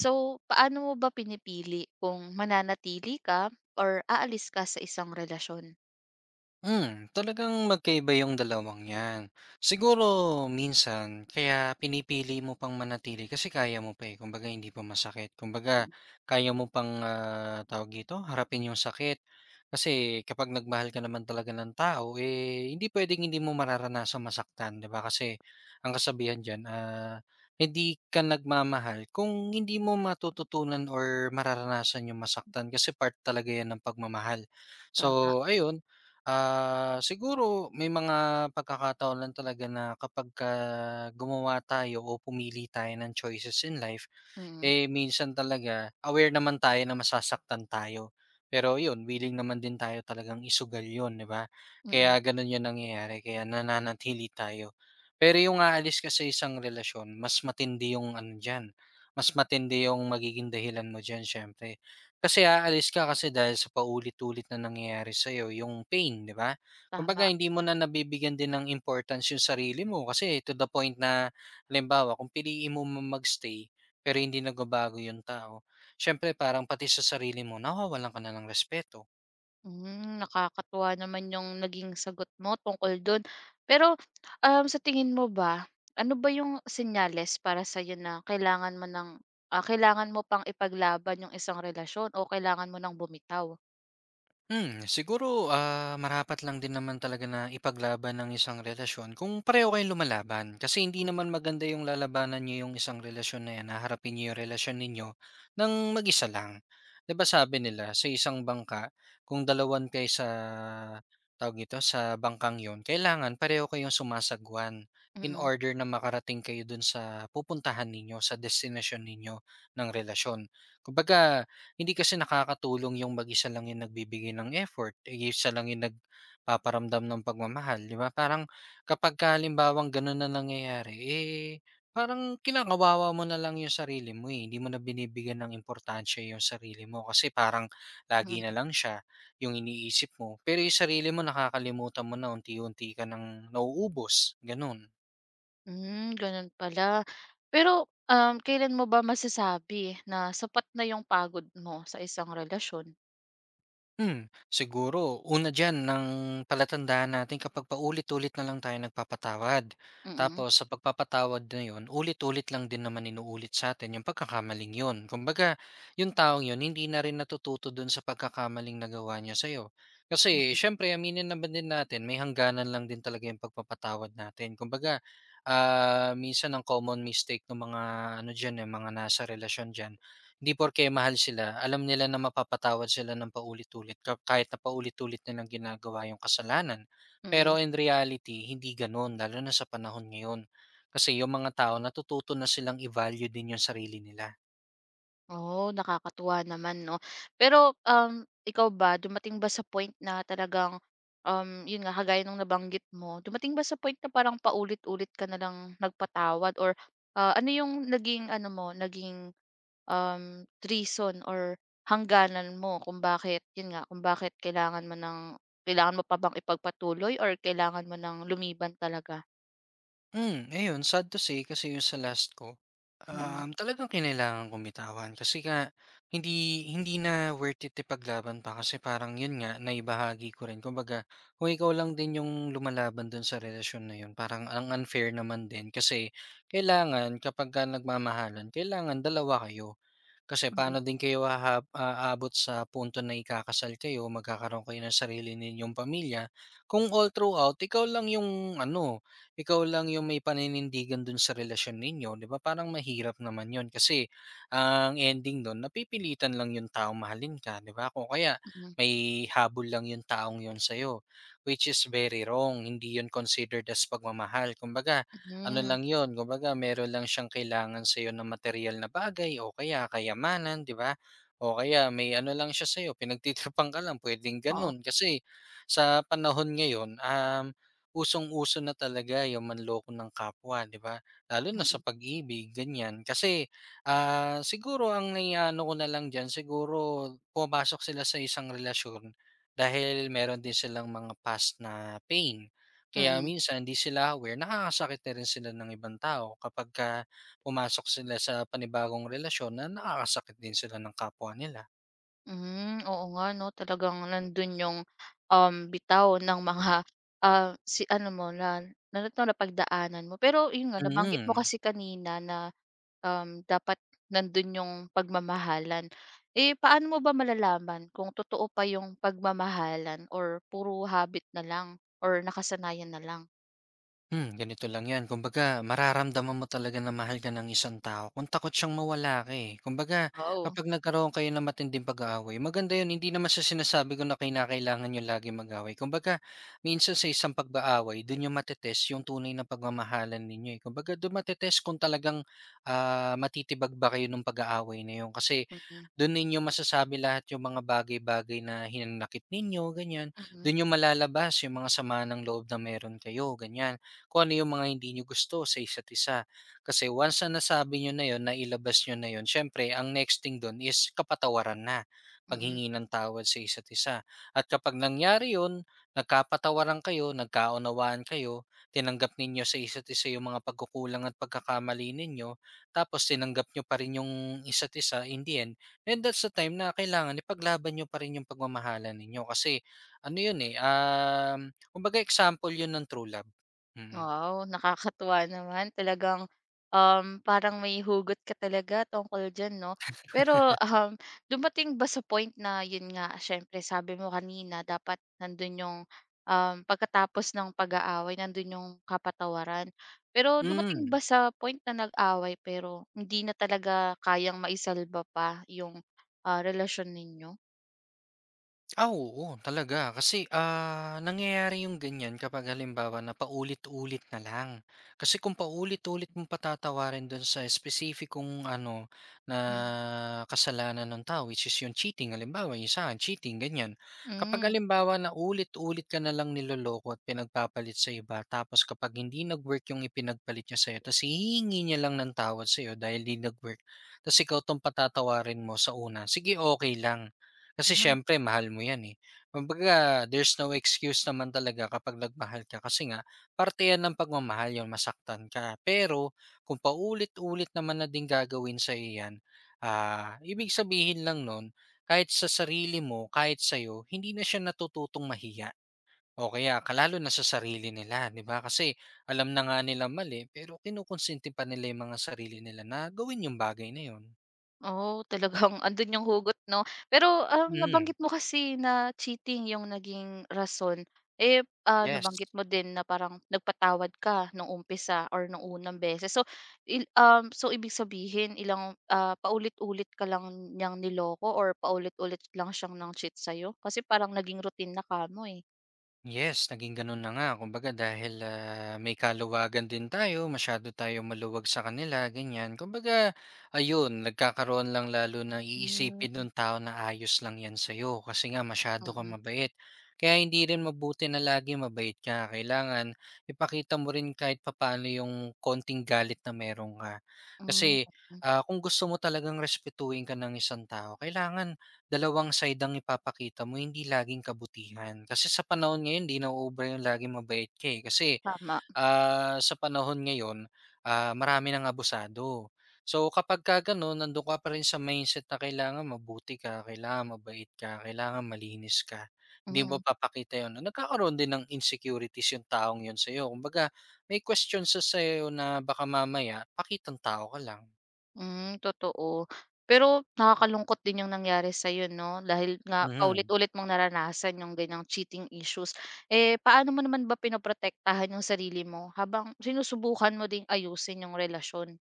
So, paano mo ba pinipili kung mananatili ka or aalis ka sa isang relasyon? Hmm, talagang magkaiba yung dalawang 'yan. Siguro minsan kaya pinipili mo pang manatili kasi kaya mo pa, eh, kumbaga hindi pa masakit. Kumbaga kaya mo pang, ah, tawag dito, harapin yung sakit. Kasi kapag nagmahal ka naman talaga ng tao, eh, hindi puwedeng hindi mo mararanasang masaktan, 'di ba? Kasi ang kasabihan diyan, ah, hindi ka nagmamahal kung hindi mo matututunan or mararanasan yung masaktan kasi part talaga 'yan ng pagmamahal. Tama. So ayun. Ah, siguro may mga pagkakataon lang talaga na kapagka gumawa tayo o pumili tayo ng choices in life, Mm, eh, minsan talaga aware naman tayo na masasaktan tayo. Pero yun, willing naman din tayo talagang isugal yun, di ba? mm, Kaya ganun yun nangyayari, kaya nananatili tayo. Pero yung aalis ka sa isang relasyon, mas matindi yung ano dyan. Mas matindi yung magiging dahilan mo dyan, syempre. Kasi aalis ka kasi dahil sa paulit-ulit na nangyayari sa'yo, yung pain, di ba? tama. Kumbaga, hindi mo na nabibigyan din ng importance yung sarili mo kasi to the point na, halimbawa, kung piliin mo magstay, pero hindi nagbabago yung tao, siyempre parang pati sa sarili mo nawawalan ka na ng respeto. Hmm, nakakatuwa naman yung naging sagot mo tungkol dun. Pero, sa tingin mo ba, ano ba yung senyales para sa'yo na kailangan mo ng kailangan mo pang ipaglaban yung isang relasyon o kailangan mo ng bumitaw? Hmm, siguro, ah, marapat lang din naman talaga na ipaglaban ng isang relasyon kung pareho kayong lumalaban. Kasi hindi naman maganda yung lalabanan niyo yung isang relasyon na yan, haharapin niyo yung relasyon ninyo ng mag-isa lang. 'Di ba sabi nila, sa isang bangka, kung dalawan kayo sa, tawag dito, sa bangkang yon kailangan pareho kayong sumasagwan in Mm, order na makarating kayo dun sa pupuntahan ninyo, sa destination ninyo ng relasyon. Kumbaga hindi kasi nakakatulong yung mag-isa lang yung nagbibigay ng effort, eh, isa lang yung nagpaparamdam ng pagmamahal, 'di ba? Parang kapagka halimbawang gano'n na nangyayari, eh, parang kinakawawa mo na lang yung sarili mo, eh, hindi mo na binibigyan ng importansya yung sarili mo kasi parang lagi na mm. lang siya yung iniisip mo. Pero yung sarili mo nakakalimutan mo na unti-unti ka ng nauubos, gano'n. Hmm, gano'n pala. Pero, kailan mo ba masasabi na sapat na 'yung pagod mo sa isang relasyon? Hmm, siguro una diyan ng palatandaan natin kapag paulit-ulit na lang tayo nagpapatawad. Mm, Tapos sa pagpapatawad na 'yon, ulit-ulit lang din naman inuulit sa atin yung pagkakamaling 'yon. Kumbaga, yung taong 'yon hindi na rin natututo do'n sa pagkakamaling nagawa niya sa'yo. Kasi siyempre aminin naman din natin may hangganan lang din talaga yung pagpapatawad natin. Kumbaga, ah, minsan ang common mistake ng mga ano diyan, eh, mga nasa relasyon diyan, hindi porke mahal sila, alam nila na mapapatawad sila ng paulit-ulit ka kahit na paulit-ulit nilang ginagawa yung kasalanan. Pero mm. in reality, hindi gano'n lalo na sa panahon ngayon. Kasi yung mga tao natututo na silang i-value din yung sarili nila. Oh, nakakatuwa naman 'no. Pero, ikaw ba dumating ba sa point na talagang, 'yun nga kagaya nung nabanggit mo, dumating ba sa point na parang paulit-ulit ka na lang nagpatawad or, ano 'yung naging ano mo, naging reason or hangganan mo kung bakit, yun nga, kung bakit kailangan mo pa bang ipagpatuloy or kailangan mo ng lumiban talaga? Hmm, ayun sad to say kasi yung sa last ko, Mm, talagang kinailangan kong bitawan kasi hindi hindi na worth it ipaglaban pa kasi parang yun nga naibahagi ko rin kumbaga kung ikaw lang din yung lumalaban dun sa relasyon na yun parang ang unfair naman din kasi kailangan kapagka nagmamahalan kailangan dalawa kayo. Kasi mm, paano din kayo aabot sa punto na ikakasal kayo, magkakaroon kayo ng sarili ninyong pamilya, kung all throughout ikaw lang yung ano, ikaw lang yung may paninindigan dun sa relasyon ninyo, 'di ba? Parang mahirap naman yun kasi ang ending dun napipilitan lang yung taong mahalin ka, 'di ba? Kung kaya mm, may habol lang yung taong yun sa'yo, which is very wrong, hindi yun considered as pagmamahal. Kumbaga ano hmm, lang 'yun, kumbaga meron lang siyang kailangan sa'yo na material na bagay o kaya kayamanan, 'di ba? O kaya may ano lang siya sa'yo, pinagtitripang ka lang, puwedeng oo, gano'n. Kasi sa panahon ngayon, usong-uso na talaga yung manloko ng kapwa, 'di ba? Lalo na sa mm, pag-ibig, ganyan. Kasi, ah, siguro ang naiaano ko na lang diyan, siguro pumapasok sila sa isang relasyon dahil meron din silang mga past na pain. Kaya mm. minsan 'di sila aware, nakakasakit na rin sila ng ibang tao kapagka pumasok sila sa panibagong relasyon na nakakasakit din sila ng kapwa nila. Hmm, oo nga 'no, talagang nandun yung, bitaw ng mga, si ano mo na na pagdaanan mo. Pero yun nga, nabanggit mo Mm. kasi kanina na dapat nandun yung pagmamahalan. Eh, paano mo ba malalaman kung totoo pa yung pagmamahalan or puro habit na lang or nakasanayan na lang? Hmm, ganito lang 'yan. Kumbaga mararamdaman mo talaga na mahal ka ng isang tao kung takot siyang mawala ka, eh. Kumbaga Wow. kapag nagkaroon kayo ng matinding pag-aaway, maganda 'yun. Hindi naman sa sinasabi ko na kinakailangan niyo laging mag-away. Kumbaga minsan sa isang pag-aaway do'n niyo mate yung tunay na pagmamahalan ninyo, eh. Kumbaga do'n mate-test kung talagang, ah, matitibag ba kayo ng pag-aaway na 'yun. Kasi Mm, doon ninyo masasabi lahat yung mga bagay-bagay na hinanakit ninyo, ganyan, mm, doon yung malalabas yung mga sama ng loob na meron kayo, ganyan, kung ano yung mga hindi nyo gusto sa isa't isa. Kasi once na nasabi niyo na yun, nailabas niyo na yun, syempre ang next thing dun is kapatawaran na, mm. paghingi ng tawad sa isa't isa. At kapag nangyari yun, nagkapatawaran kayo, nagkaunawaan kayo, tinanggap ninyo sa isa't isa yung mga pagkukulang at pagkakamali ninyo, tapos tinanggap nyo pa rin yung isa't isa in the end, and that's the time na kailangan ipaglaban nyo pa rin yung pagmamahalan ninyo. Kasi ano yun eh, kumbaga example yun ng true love. Mm. Wow, nakakatuwa naman. Talagang, parang may hugot ka talaga tungkol diyan 'no. Pero, dumating ba sa point na yun nga, siyempre sabi mo kanina dapat nandun yung, pagkatapos ng pag-aaway nandun yung kapatawaran. Pero dumating Hmm. ba sa point na nag-away pero hindi na talaga kayang maisalba pa yung, relasyon ninyo? Ah, oo talaga kasi, ah, nangyayari yung ganyan kapag halimbawa na paulit-ulit na lang. Kasi kung paulit-ulit mong patatawarin dun sa espesipikong ano, na Mm. kasalanan ng tao which is yung cheating halimbawa yung sa akin cheating ganyan. Kapag halimbawa na ulit-ulit ka na lang niloloko at pinagpapalit sa iba tapos kapag hindi nag-work yung ipinagpalit niya sa'yo ta's hihingi niya lang ng tawad sa'yo dahil hindi nag-work ta's ikaw 'tong patatawarin mo sa una, sige okay lang. Kasi Hmm. siyempre mahal mo 'yan, eh. Kumbaga there's no excuse naman talaga kapag nagmahal ka kasi nga parte 'yan ng pagmamahal, yung masaktan ka. Pero kung paulit-ulit naman na din gagawin sa iyan, ah, ibig sabihin lang nun kahit sa sarili mo, kahit sa'yo, hindi na siya natututong mahiya o kaya na sa sarili nila, 'di ba? Kasi alam na nga nila mali, pero kinukonsinti pa nila yung mga sarili nila na gawin yung bagay na yun. Oh, talagang andun yung hugot 'no. Pero, Mm, nabanggit mo kasi na cheating yung naging rason. Eh, yes. nabanggit mo din na parang nagpatawad ka nung umpisa or nung unang beses. So, ibig sabihin ilang, paulit-ulit ka lang niyang niloko or paulit-ulit lang siyang nang-cheat sa'yo? Kasi parang naging routine na ka mo eh. Yes, naging gano'n na nga. Kumbaga dahil, ah, may kaluwagan din tayo, masyado tayo maluwag sa kanila, ganyan. Kumbaga ayun, nagkakaroon lang lalo na Hmm, iisipin nung tao na ayos lang 'yan sa'yo kasi nga masyado kang mm. mabait. Kaya hindi rin mabuti na lagi mabait ka, kailangan ipakita mo rin kahit papaano yung konting galit na meron ka. Hmm, Kasi, mm. ah, kung gusto mo talagang respetuhin ka ng isang tao, kailangan dalawang side ang ipapakita mo, hindi laging kabutihan. Kasi sa panahon ngayon, 'di nauubra yung laging mabait ka, eh. Kasi, Tama, ah, sa panahon ngayon, ah, marami ng abusado. So, kapagka gano'n, nando'n ka pa rin sa mindset na kailangan mabuti ka, kailangan mabait ka, kailangan malinis ka. Hindi mo mm. papakita 'yon. Nagkakaroon din ng insecurities yung taong 'yon sa'yo. Kumbaga, may question sa'yo na baka mamaya pakitang tao ka lang. Hmm, totoo. Pero nakakalungkot din yung nangyari sa'yo 'no, dahil nga Mhm. paulit-ulit mong naranasan yung ganyang cheating issues. Eh, paano mo naman ba pinoprotektahan yung sarili mo habang sinusubukan mo ding ayusin yung relasyon?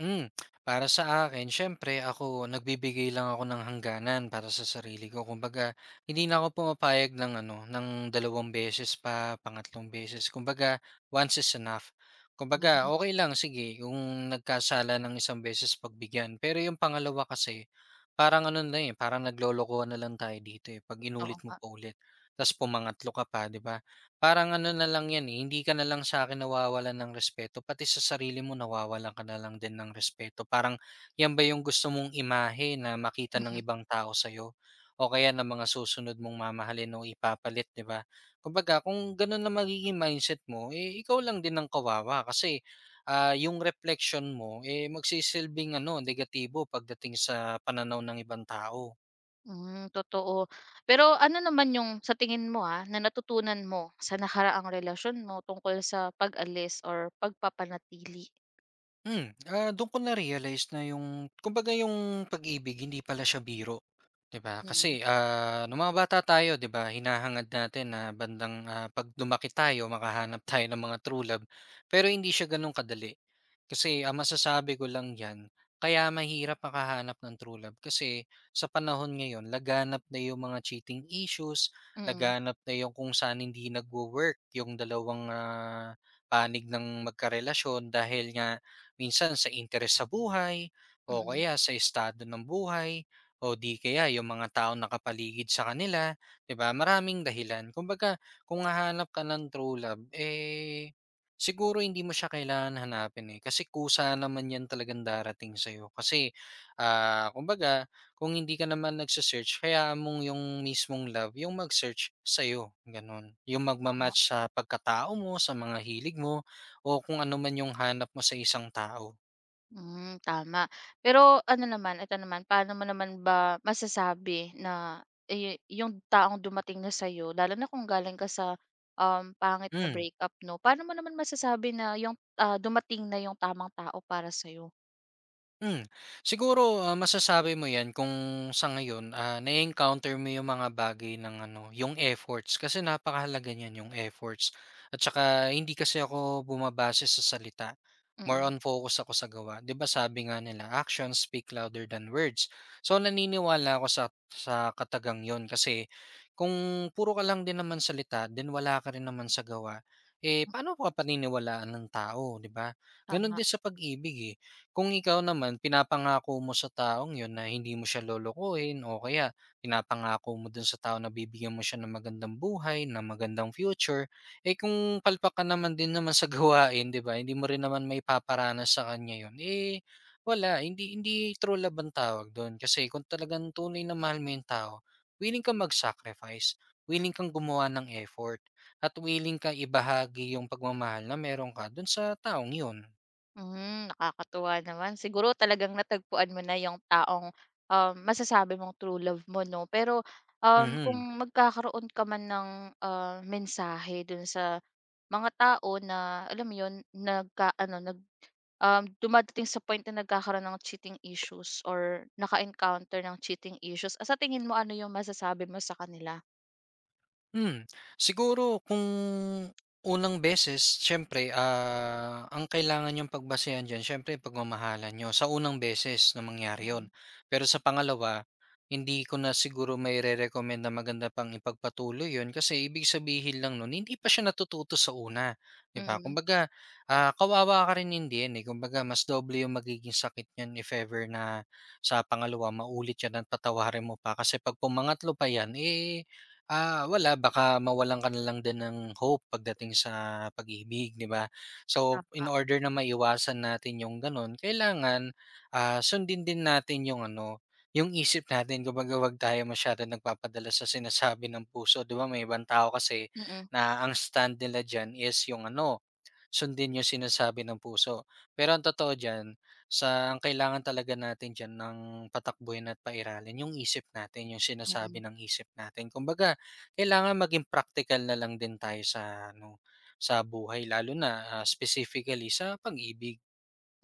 Hmm, para sa akin siyempre ako nagbibigay lang ako ng hangganan para sa sarili ko. Kumbaga hindi na ako pumapayag ng ano, ng dalawang beses pa, pangatlong beses. Kumbaga once is enough. Kumbaga Hmm, okay lang sige kung nagkasala ng isang beses pagbigyan, pero yung pangalawa kasi parang ano na, eh, parang naglolokohan na lang tayo dito, eh, 'pag oo inulit mo nga, pa ulit ta's pumangatlo ka pa, 'di ba? Parang ano na lang 'yan, eh, hindi ka na lang sa'kin nawawalan ng respeto, pati sa sarili mo nawawalan ka na lang din ng respeto. Parang 'yan ba yung gusto mong imahe na makita ng mm. ibang tao sa'yo o kaya ng mga susunod mong mamahalin o ipapalit, 'di ba? Kumbaga kung gano'n na magiging mindset mo, eh, ikaw lang din ang kawawa kasi, ah, yung reflection mo, eh, magsisilbing ano, negatibo pagdating sa pananaw ng ibang tao. Hmm, totoo. Pero ano naman yung sa tingin mo, na natutunan mo sa nakaraang relasyon mo tungkol sa pag-alis or pagpapanatili? Hmm, ah, do'n ko na-realize na yung kumbaga yung pag-ibig hindi pala siya biro. 'Di ba? Mm, Kasi, ah, nung mga bata tayo 'di ba hinahangad natin na bandang, ah, 'pag lumaki tayo makahanap tayo ng mga true love, pero hindi siya gano'n kadali. Kasi ang masasabi ko lang diyan, kaya mahirap makahanap ng true love kasi sa panahon ngayon laganap na yung mga cheating issues, mm, laganap na yung kung saan hindi nagwo-work yung dalawang, ah, panig ng magkarelasyon dahil nga minsan sa interes sa buhay o mm, kaya sa estado ng buhay. O di kaya yung mga taong nakapaligid sa kanila, 'di ba? Maraming dahilan. Kumbaga, kung hahanap ka ng true love, eh, siguro hindi mo siya kailangan hanapin eh. Kasi kusa naman yan talagang darating sa'yo. Kasi, ah, kumbaga, kung hindi ka naman nagsa-search, kaya mong yung mismong love, yung mag-search sa'yo. Ganun. Yung magmamatch sa pagkatao mo, sa mga hilig mo, o kung ano man yung hanap mo sa isang tao. hmm, tama. Pero ano naman, ito naman, paano mo naman ba masasabi na, eh, yung taong dumating na sa'yo lalo na kung galing ka sa, pangit na Hmm. breakup 'no, paano mo naman masasabi na yung, dumating na yung tamang tao para sa'yo? Hmm. Siguro, ah, masasabi mo 'yan kung sa ngayon, ah, na encounter mo yung mga bagay ng ano, yung efforts kasi napakahalaga niyan, yung efforts. At saka hindi kasi ako bumabase sa salita, more Mm, on focus ako sa gawa. 'Di ba sabi nga nila, "Actions speak louder than words." So, naniniwala ako sa katagang 'yon kasi kung puro ka lang din naman salita, then wala ka rin naman sa gawa, eh, paano ka paniniwalaan ng tao, 'di ba? Gano'n tama. din sa pag-ibig, eh. Kung ikaw naman pinapangako mo sa taong yun na hindi mo siya lolokohin o kaya pinapangako mo dun sa tao na bibigyan mo siya ng magandang buhay, ng magandang future, eh kung palpak ka naman din naman sa gawain, 'di ba? Hindi mo rin naman maipaparanas sa kanya yun. Eh wala, hindi hindi true love ang tawag doon kasi kung talagang tunay na mahal mo yung tao, willing kang mag-sacrifice, willing kang gumawa ng effort, at willing kang ibahagi yung pagmamahal na meron ka dun sa taong yun. Hmm, nakakatuwa naman. Siguro talagang natagpuan mo na yung taong, masasabi mong true love mo 'no. Pero, kung Mhm. magkakaroon ka man ng, mensahe dun sa mga tao na alam mo yun, nagka-ano, dumadating sa point na nagkakaroon ng cheating issues or naka-encounter ng cheating issues, sa tingin mo ano yung masasabi mo sa kanila? Hmm, siguro kung unang beses siyempre, ah, ang kailangan yung pagbasehan diyan siyempre pagmamahalan nyo sa unang beses na mangyari Mm, 'yun. Pero sa pangalawa, hindi ko na siguro mairerekomend na maganda pang ipagpatuloy yon, kasi ibig sabihin lang nun hindi pa siya natututo sa una, 'di ba? mm, Kumbaga, ah, kawawa ka rin in the eh, kumbaga mas doble yung magiging sakit niyan if ever na sa pangalawa maulit 'yan at patawarin mo pa kasi 'pag pumangatlo pa 'yan, eh, ah, wala baka mawalan ka na lang din ng hope pagdating sa pag-ibig, 'di ba? So, tama, in order na maiwasan natin yung ganun, kailangan, ah, sundin din natin yung ano, yung isip natin. Kumbaga, wag tayo masyadong nagpapadala sa sinasabi ng puso, 'di ba? May ibang tao kasi mm, na ang stand nila diyan is yung ano, sundin yung sinasabi ng puso. Pero ang totoo diyan, sa ang kailangan talaga natin diyan ng patakbuhin at pairalin yung isip natin, yung sinasabi mm. ng isip natin. Kumbaga kailangan maging praktikal na lang din tayo sa ano, sa buhay lalo na, ah, specifically sa pag-ibig.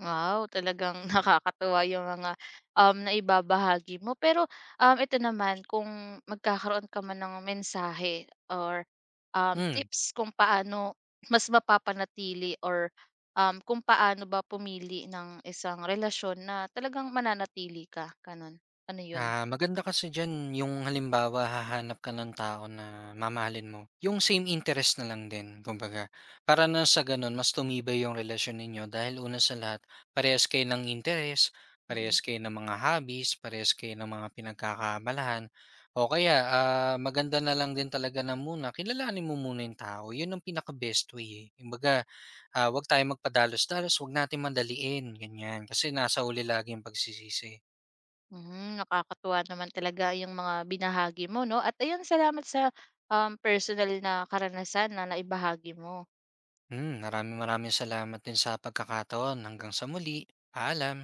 Wow, talagang nakakatuwa yung mga, naibabahagi mo. Pero, ito naman kung magkakaroon ka man ng mensahe or, Hmm. tips kung paano mas mapapanatili or, kung paano ba pumili ng isang relasyon na talagang mananatili ka, gano'n, ano yun? Ah, maganda kasi diyan yung halimbawa hahanap ka ng tao na mamahalin mo, yung same interest na lang din kumbaga. Para na sa gano'n mas tumibay yung relasyon ninyo dahil una sa lahat parehas kayo ng interes, Mm. parehas kayo ng mga hobbies, parehas kayo ng mga pinagkakaabalahan o kaya, ah, maganda na lang din talaga na muna kilalanin mo muna yung tao, yun ang pinaka-best way, eh. Kumbaga, ah, 'wag tayong magpadalos-dalos, 'wag natin madaliin, ganyan. Kasi nasa huli lagi yung pagsisisi. Hmm, nakakatuwa naman talaga yung mga binahagi mo 'no, at ayun salamat sa, personal na karanasan na naibahagi mo. Hmm, maraming maraming salamat din sa pagkakataon. Hanggang sa muli. Paalam.